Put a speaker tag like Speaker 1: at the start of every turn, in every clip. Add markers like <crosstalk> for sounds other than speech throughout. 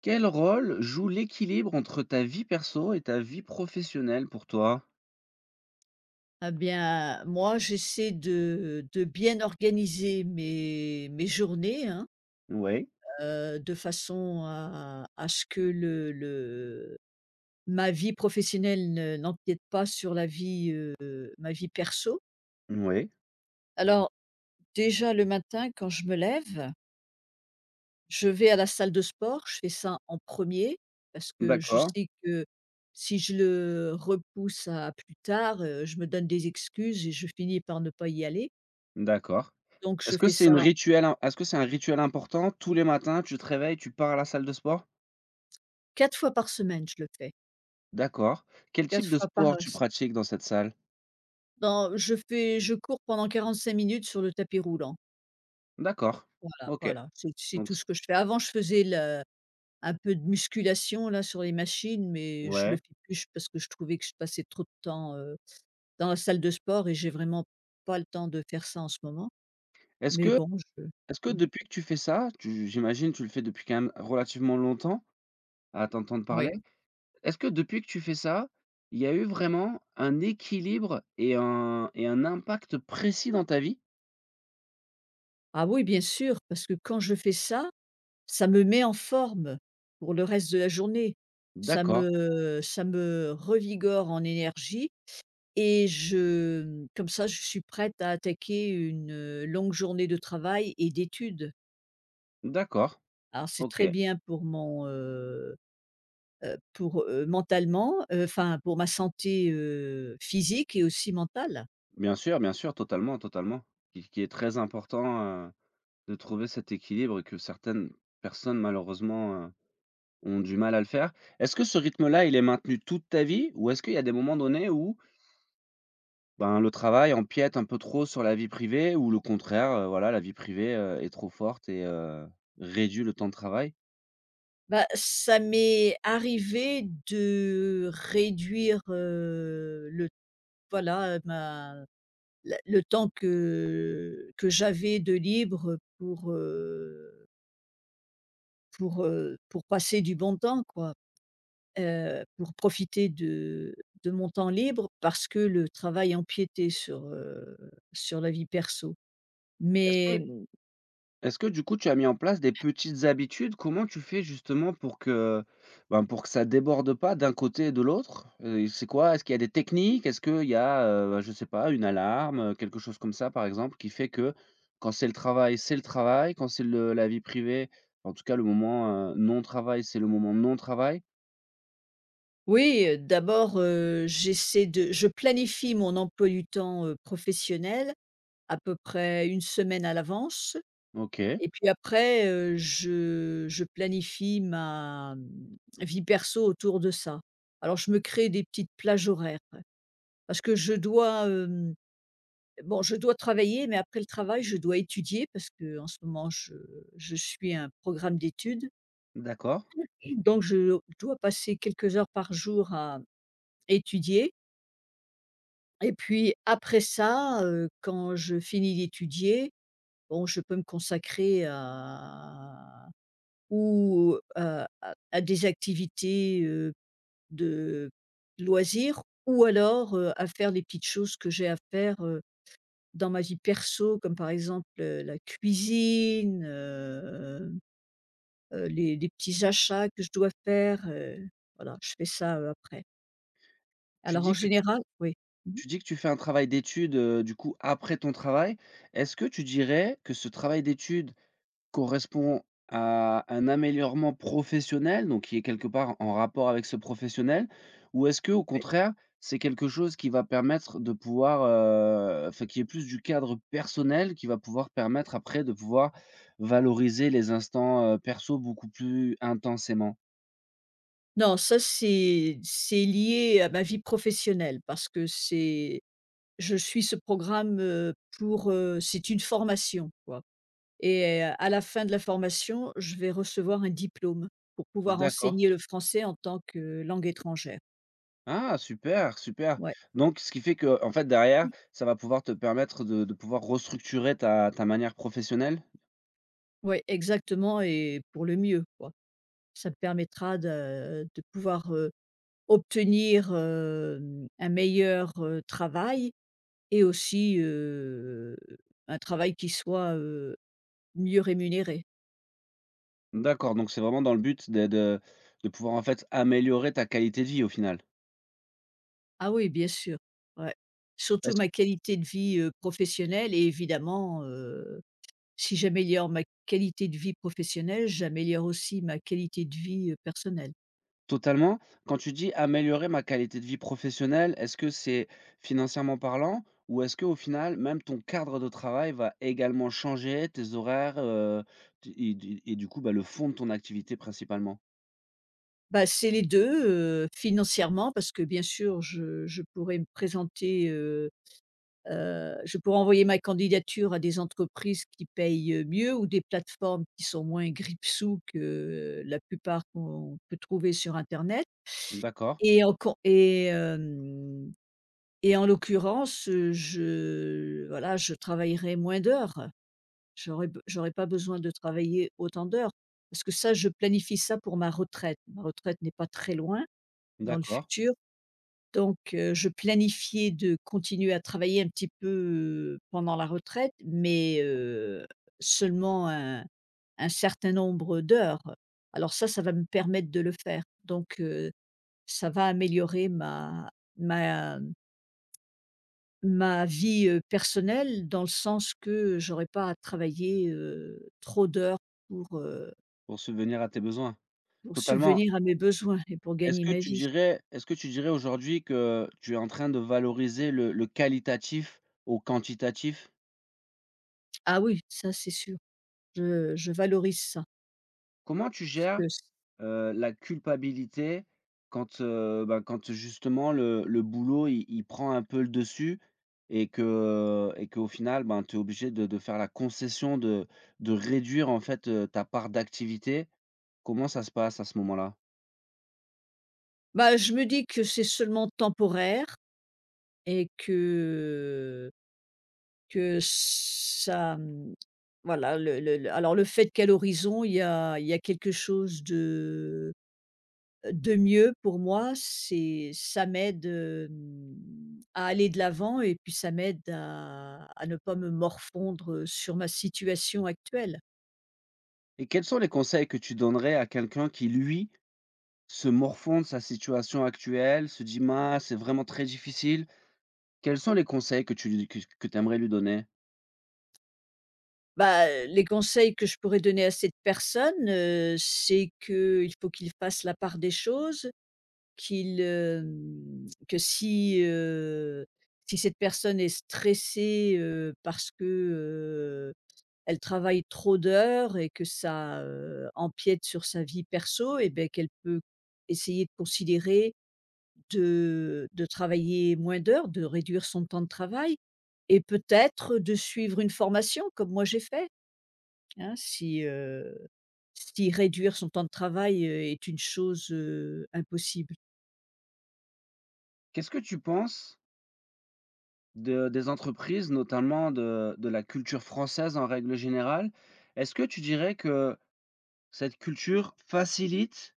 Speaker 1: Quel rôle joue l'équilibre entre ta vie perso et ta vie professionnelle pour toi?
Speaker 2: Ah bien, moi, j'essaie de bien organiser mes journées, hein,
Speaker 1: Oui,
Speaker 2: de façon à ce que le ma vie professionnelle ne n'empiète pas sur la vie, ma vie perso.
Speaker 1: oui,
Speaker 2: Alors déjà le matin quand je me lève, je vais à la salle de sport, je fais ça en premier parce que je
Speaker 1: d'accord,
Speaker 2: sais que si je le repousse à plus tard, je me donne des excuses et je finis par ne pas y aller.
Speaker 1: d'accord.
Speaker 2: Donc je
Speaker 1: Est-ce que
Speaker 2: fais
Speaker 1: c'est une
Speaker 2: ça
Speaker 1: rituel im est-ce que c'est un rituel important? Tous les matins, tu te réveilles, tu pars à la salle de sport?
Speaker 2: quatre fois par semaine, je le fais,
Speaker 1: D'accord. Quel type
Speaker 2: 4
Speaker 1: de
Speaker 2: fois par,
Speaker 1: sport tu
Speaker 2: s
Speaker 1: pratiques dans cette salle?
Speaker 2: dans je fais je cours pendant 45 minutes sur le tapis roulant.
Speaker 1: D'accord.
Speaker 2: Voilà,
Speaker 1: OK.
Speaker 2: voilà, c'est
Speaker 1: Donc
Speaker 2: tout
Speaker 1: c
Speaker 2: ce que je fais. Avant, je faisais le un peu de musculation là sur les machines, mais je le
Speaker 1: Ouais.
Speaker 2: fais plus j parce que je trouvais que je passais trop de temps, dans la salle de sport et j'ai vraiment pas le temps de faire ça en ce moment.
Speaker 1: Est-ce
Speaker 2: Mais
Speaker 1: que
Speaker 2: bon, je mmh
Speaker 1: depuis que tu fais ça, tu j'imagine tu le fais depuis quand même relativement longtemps à t'entendre
Speaker 2: oui.
Speaker 1: parler? Est-ce que depuis que tu fais ça, il y a eu vraiment un équilibre et un impact précis dans ta vie?
Speaker 2: Ah oui, bien sûr, parce que quand je fais ça, ça me met en forme pour le reste de la journée.
Speaker 1: Ouais.
Speaker 2: Ça
Speaker 1: D'accord,
Speaker 2: me ça me revigore en énergie et comme ça, je suis prête à attaquer une, longue journée de travail et d'études.
Speaker 1: d'accord,
Speaker 2: Alors c'est très
Speaker 1: OK.
Speaker 2: bien pour pour, mentalement, enfin pour ma santé, physique et aussi mentale.
Speaker 1: Bien sûr, totalement, totalement. Qui est très important, heu, de trouver cet équilibre et que certaines personnes malheureusement, ont du mal à le faire. Est-ce que ce rythme-là, il est maintenu toute ta vie? Ou est-ce qu'il y a des moments donnés où, ben, le travail empiète un peu trop sur la vie privée ou le contraire, voilà, la vie privée, est trop forte et réduit le temps de travail?
Speaker 2: Bah, ça m'est arrivé de réduire, le voilà, ma la le temps que j'avais de libre pour, pour passer du bon temps, quoi. Pour profiter de mon temps libre parce que le travail empiétait sur, sur la vie perso.
Speaker 1: Est-ce que
Speaker 2: Mais mmh,
Speaker 1: Est-ce que du coup, tu as mis en place des petites habitudes? Comment tu fais justement pour que, ben, pour que ça déborde pas d'un côté et de l'autre? C'est quoi? Est-ce qu'il y a des techniques? Est-ce qu'il y a, je sais pas, une alarme, quelque chose comme ça par exemple qui fait que quand c'est le travail, quand c'est le la vie privée, en tout cas le moment, non travail, c'est le moment non travail?
Speaker 2: oui, d'abord, j'essaie de je planifie mon emploi du temps, professionnel à peu près une semaine à l'avance
Speaker 1: OK,
Speaker 2: et puis après, je planifie ma vie perso autour de ça. Alors je me crée des petites plages horaires, ouais, parce que je dois, bon je dois travailler, mais après le travail, je dois étudier parce qu'en ce moment je suis un programme d'études,
Speaker 1: d'accord.
Speaker 2: donc je dois passer quelques heures par jour à étudier et puis après ça, quand je finis d'étudier, bon je peux me consacrer à des activités, de loisirs ou alors, à faire les petites choses que j'ai à faire, dans ma vie perso comme par exemple, la cuisine, les petits achats que je dois faire, voilà, je fais ça, après.
Speaker 1: Tu
Speaker 2: Alors en
Speaker 1: dis que tu
Speaker 2: général oui. Mmh.
Speaker 1: Tu dis que tu fais un travail d'études, du coup après ton travail. Est-ce que tu dirais que ce travail d'études correspond à un améliorement professionnel, donc qui est quelque part en rapport avec ce professionnel? Ou est-ce que au contraire, c'est quelque chose qui va permettre de pouvoir, enfin qui est plus du cadre personnel, qui va pouvoir permettre après de pouvoir valoriser les instants, perso beaucoup plus intensément?
Speaker 2: Non, ça c'est lié à ma vie professionnelle parce que c'est je suis ce programme, c'est une formation quoi et à la fin de la formation, je vais recevoir un diplôme pour pouvoir
Speaker 1: D'accord.
Speaker 2: enseigner le français en tant que langue étrangère.
Speaker 1: Ah super, super.
Speaker 2: Ouais,
Speaker 1: Donc ce qui fait que en fait derrière, ça va pouvoir te permettre de pouvoir restructurer ta manière professionnelle?
Speaker 2: ouais, exactement et pour le mieux quoi. Ça me permettra de pouvoir, obtenir, un meilleur, travail et aussi, un travail qui soit, heu, mieux rémunérée.
Speaker 1: D'accord, donc c'est vraiment dans le but de pouvoir, en fait, améliorer ta qualité de vie, au final?
Speaker 2: Ah oui, bien sûr, ouais. Surtout
Speaker 1: Est-ce
Speaker 2: ma qualité de vie, professionnelle et évidemment, si j'améliore ma qualité de vie professionnelle, j'améliore aussi ma qualité de vie, personnelle.
Speaker 1: Totalement? Quand tu dis: «Améliorer ma qualité de vie professionnelle», est-ce que c'est financièrement parlant? Ou est-ce que au final, même ton cadre de travail va également changer, tes horaires, t et du coup, bah, le fond de ton activité principalement?
Speaker 2: Bah, c'est les 2. Heu, financièrement parce que bien sûr je pourrais me présenter, je pourrais envoyer ma candidature à des entreprises qui payent, mieux ou des plateformes qui sont moins grippe-sous que la plupart qu'on peut trouver sur internet.
Speaker 1: D'accord,
Speaker 2: Et en con et hem et en l'occurrence, je voilà, je travaillerai moins d'heures. J'aurais pas besoin de travailler autant d'heures parce que ça, je planifie ça pour ma retraite. Ma retraite n'est pas très loin dans le
Speaker 1: d'accord,
Speaker 2: futur, donc je planifiais de continuer à travailler un petit peu, pendant la retraite, mais seulement un certain nombre d'heures. Alors ça va me permettre de le faire, donc heu, ça va améliorer ma ma vie, personnelle dans le sens que j'aurais pas à travailler, trop d'heures pour, heu,
Speaker 1: pour subvenir à tes besoins.
Speaker 2: pour
Speaker 1: Totalement.
Speaker 2: subvenir à mes besoins et pour gagner ma vie.
Speaker 1: Est-ce que tu dirais aujourd'hui que tu es en train de valoriser le qualitatif au quantitatif?
Speaker 2: Ah oui, ça c'est sûr. Je valorise ça
Speaker 1: Comment tu
Speaker 2: parce
Speaker 1: gères,
Speaker 2: que c
Speaker 1: la culpabilité quand, bah, quand justement le boulot il prend un peu le dessus et que et qu'au final, ben, tu es obligé de faire la concession de réduire en fait, ta part d'activité? Comment ça se passe à ce moment-là?
Speaker 2: bah, je me dis que c'est seulement temporaire et que ça, mmh, voilà le alors le fait qu'à l'horizon il y a quelque chose de mieux pour moi, c'est ça m'aide, à aller de l'avant et puis ça m'aide à ne pas me morfondre sur ma situation actuelle.
Speaker 1: Et quels sont les conseils que tu donnerais à quelqu'un qui, lui, se morfond de sa situation actuelle, se dit: «Mince, c'est vraiment très difficile». Quels sont les conseils que tu aimerais lui donner?
Speaker 2: Bah, les conseils que je pourrais donner à cette personne, c'est qu'il faut qu'il fasse la part des choses, qu'il, que si, si cette personne est stressée, parce que, elle travaille trop d'heures et que ça, empiète sur sa vie perso et ben qu'elle peut essayer de considérer de travailler moins d'heures, de réduire son temps de travail et peut-être de suivre une formation comme moi j'ai fait, hein. Si, si réduire son temps de travail, est une chose, impossible.
Speaker 1: Qu'est-ce que tu penses de des entreprises, notamment de la culture française en règle générale. Est-ce que tu dirais que cette culture facilite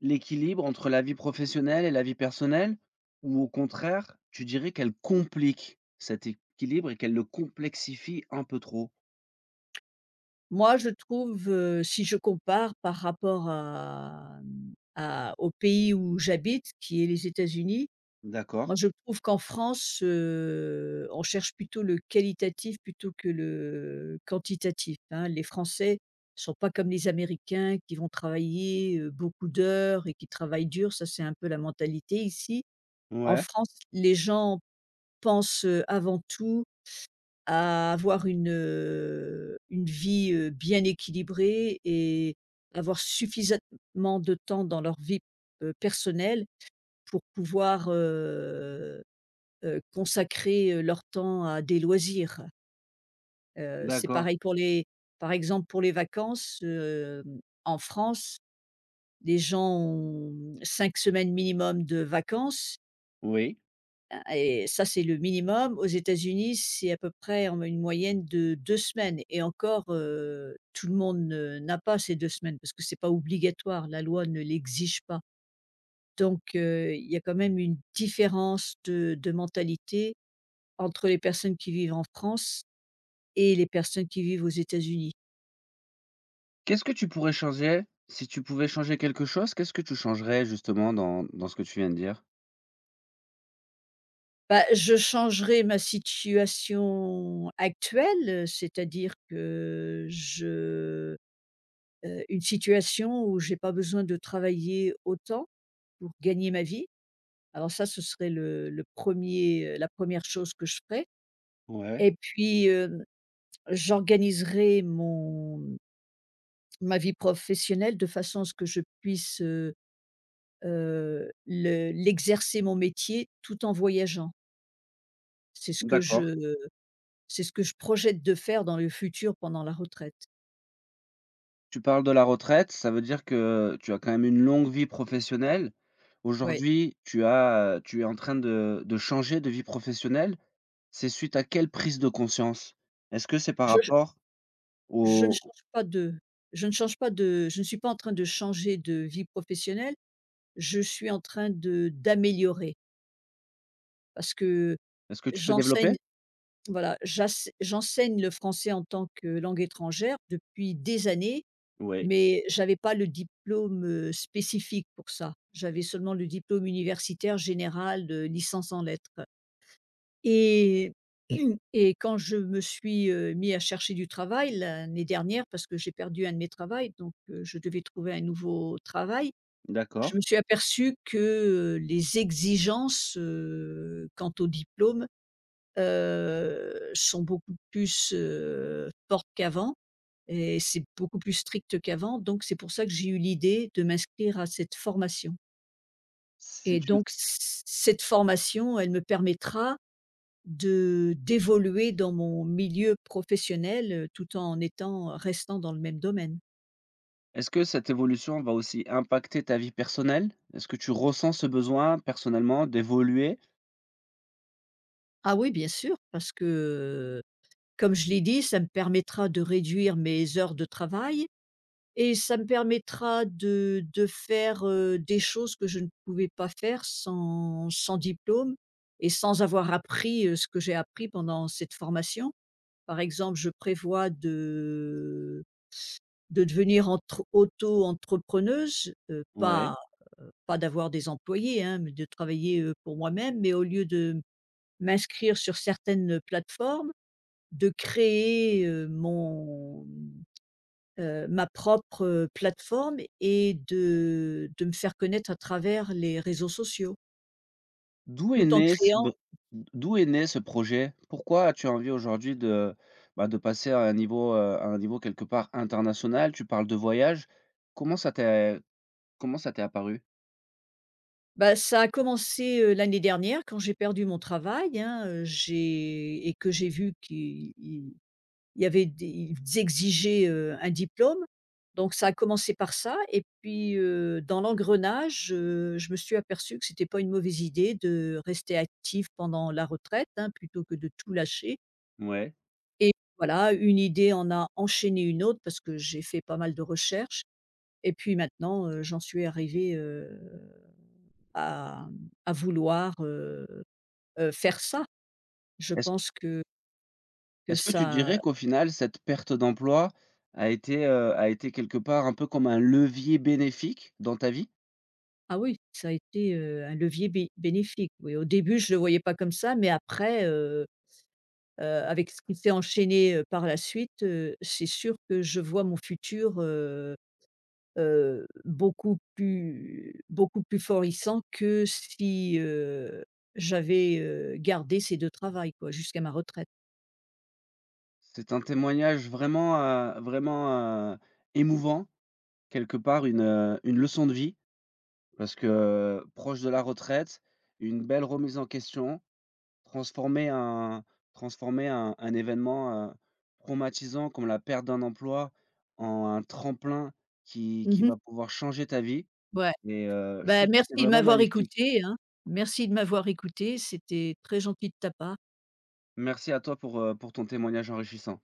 Speaker 1: l'équilibre entre la vie professionnelle et la vie personnelle? Ou au contraire, tu dirais qu'elle complique cet équilibre et qu'elle le complexifie un peu trop?
Speaker 2: Moi je trouve, si je compare par rapport à, à au pays où j'habite qui est les États-Unis.
Speaker 1: D'accord.
Speaker 2: Moi, je trouve qu'en France, on cherche plutôt le qualitatif plutôt que le quantitatif, hein. Les Français sont pas comme les Américains qui vont travailler, beaucoup d'heures et qui travaillent dur, ça, c'est un peu la mentalité ici. En
Speaker 1: Ouais.
Speaker 2: France, les gens pensent, avant tout à avoir une vie, bien équilibrée et avoir suffisamment de temps dans leur vie, personnelle pour pouvoir, consacrer, leur temps à des loisirs. C'est
Speaker 1: D'accord.
Speaker 2: pareil pour les par exemple pour les vacances, en France, les gens ont, mmh, semaines minimum de vacances,
Speaker 1: Oui.
Speaker 2: hein et ça, c'est le minimum. Aux États-Unis, c'est à peu près en une moyenne de 2 semaines et encore, tout le monde ne n'a pas ces 2 semaines parce que c'est pas obligatoire, la loi ne l'exige pas. Donc il y a quand même une différence de mentalité entre les personnes qui vivent en France et les personnes qui vivent aux États-Unis?
Speaker 1: Qu'est-ce que tu pourrais changer? Si tu pouvais changer quelque chose, qu'est-ce que tu changerais justement dans ce que tu viens de dire?
Speaker 2: Bah, je changerai ma situation actuelle, c'est-à-dire que je une situation où j'ai pas besoin de travailler autant pour gagner ma vie. Alors ça, ce serait le 1er, la première chose que je ferais
Speaker 1: Ouais.
Speaker 2: et puis, j'organiserai mon ma vie professionnelle de façon à ce que je puisse, le l'exercer mon métier tout en voyageant. C'est ce que
Speaker 1: D'accord.
Speaker 2: je C'est ce que je projette de faire dans le futur pendant la retraite.
Speaker 1: Tu parles de la retraite, ça veut dire que tu as quand même une longue vie professionnelle.
Speaker 2: Oui.
Speaker 1: Aujourd'hui, tu as, tu es en train de changer de vie professionnelle. C'est suite à quelle prise de conscience? Est-ce que c'est par
Speaker 2: Je je
Speaker 1: rapport
Speaker 2: je ne
Speaker 1: au
Speaker 2: change pas de je ne change pas de je ne suis pas en train de changer de vie professionnelle, je suis en train de d'améliorer parce que
Speaker 1: est-ce que tu peux développer?
Speaker 2: j'enseigne voilà, j'asse j'enseigne le français en tant que langue étrangère depuis des années,
Speaker 1: Oui,
Speaker 2: mais j'avais pas le diplôme, spécifique pour ça. J'avais seulement le diplôme universitaire général de licence en lettres. Et <clears throat> et quand je me suis, mis à chercher du travail l'année dernière parce que j'ai perdu un de mes travaux, donc je devais trouver un nouveau travail. Je
Speaker 1: d'accord.
Speaker 2: me suis aperçue que, les exigences, quant au diplôme, sont beaucoup plus, fortes qu'avant et c'est beaucoup plus strict qu'avant donc c'est pour ça que j'ai eu l'idée de m'inscrire à cette formation et
Speaker 1: C'est une
Speaker 2: donc c cette formation, elle me permettra de d'évoluer dans mon milieu professionnel, tout en étant restant dans le même domaine.
Speaker 1: Est-ce que cette évolution va aussi impacter ta vie personnelle? Est-ce que tu ressens ce besoin personnellement d'évoluer?
Speaker 2: Ah oui, bien sûr, parce que, comme je l'ai dit, ça me permettra de réduire mes heures de travail et ça me permettra de faire, des choses que je ne pouvais pas faire sans sans diplôme et sans avoir appris, ce que j'ai appris pendant cette formation. Par exemple, je prévois de devenir entre auto-entrepreneuse,
Speaker 1: Oui.
Speaker 2: pas d'avoir des employés, hein, mais de travailler, pour moi-même, mais au lieu de m'inscrire sur certaines plateformes, de créer, ma propre, plateforme et de me faire connaître à travers les réseaux sociaux,
Speaker 1: D'où est
Speaker 2: tout en
Speaker 1: né ce be
Speaker 2: créant
Speaker 1: D'où est né ce projet? Pourquoi as-tu envie aujourd'hui de, bah, de passer à un niveau quelque part international? Tu parles de voyage. Comment ça t'est Comment ça t'est apparu?
Speaker 2: bah, ça a commencé, l'année dernière quand j'ai perdu mon travail, hein, j'ai et que j'ai vu qu'il il y avait des ils exigeaient, un diplôme, donc ça a commencé par ça et puis, dans l'engrenage, je me suis aperçue que c'était pas une mauvaise idée de rester active pendant la retraite, hein, plutôt que de tout lâcher
Speaker 1: Ouais.
Speaker 2: et voilà, une idée en a enchaîné une autre parce que j'ai fait pas mal de recherches et puis maintenant, j'en suis arrivée, à, mmh, à vouloir, faire ça. Je
Speaker 1: Est-ce
Speaker 2: pense que
Speaker 1: Est-ce que tu dirais
Speaker 2: ça
Speaker 1: qu'au final, cette perte d'emploi a été quelque part un peu comme un levier bénéfique dans ta vie?
Speaker 2: Ah oui, ça a été, un levier bé bénéfique. Oui, au début, je ne le voyais pas comme ça, mais après, avec ce qui s'est enchaîné, par la suite, c'est sûr que je vois mon futur, beaucoup plus florissant que si, j'avais, gardé ces 2 travails, quoi, jusqu'à ma retraite.
Speaker 1: C'est un témoignage vraiment, vraiment, émouvant, quelque part une leçon de vie. Parce que, proche de la retraite, une belle remise en question, transformer un transformer un événement, traumatisant comme la perte d'un emploi en un tremplin qui
Speaker 2: Mmh.
Speaker 1: va pouvoir changer ta vie
Speaker 2: Ouais.
Speaker 1: et je trouve
Speaker 2: Ben
Speaker 1: que c'est
Speaker 2: merci de
Speaker 1: vraiment
Speaker 2: m'avoir
Speaker 1: magnifique.
Speaker 2: écoutée, hein. Merci de m'avoir écoutée, c'était très gentil de ta part.
Speaker 1: Merci à toi pour ton témoignage enrichissant.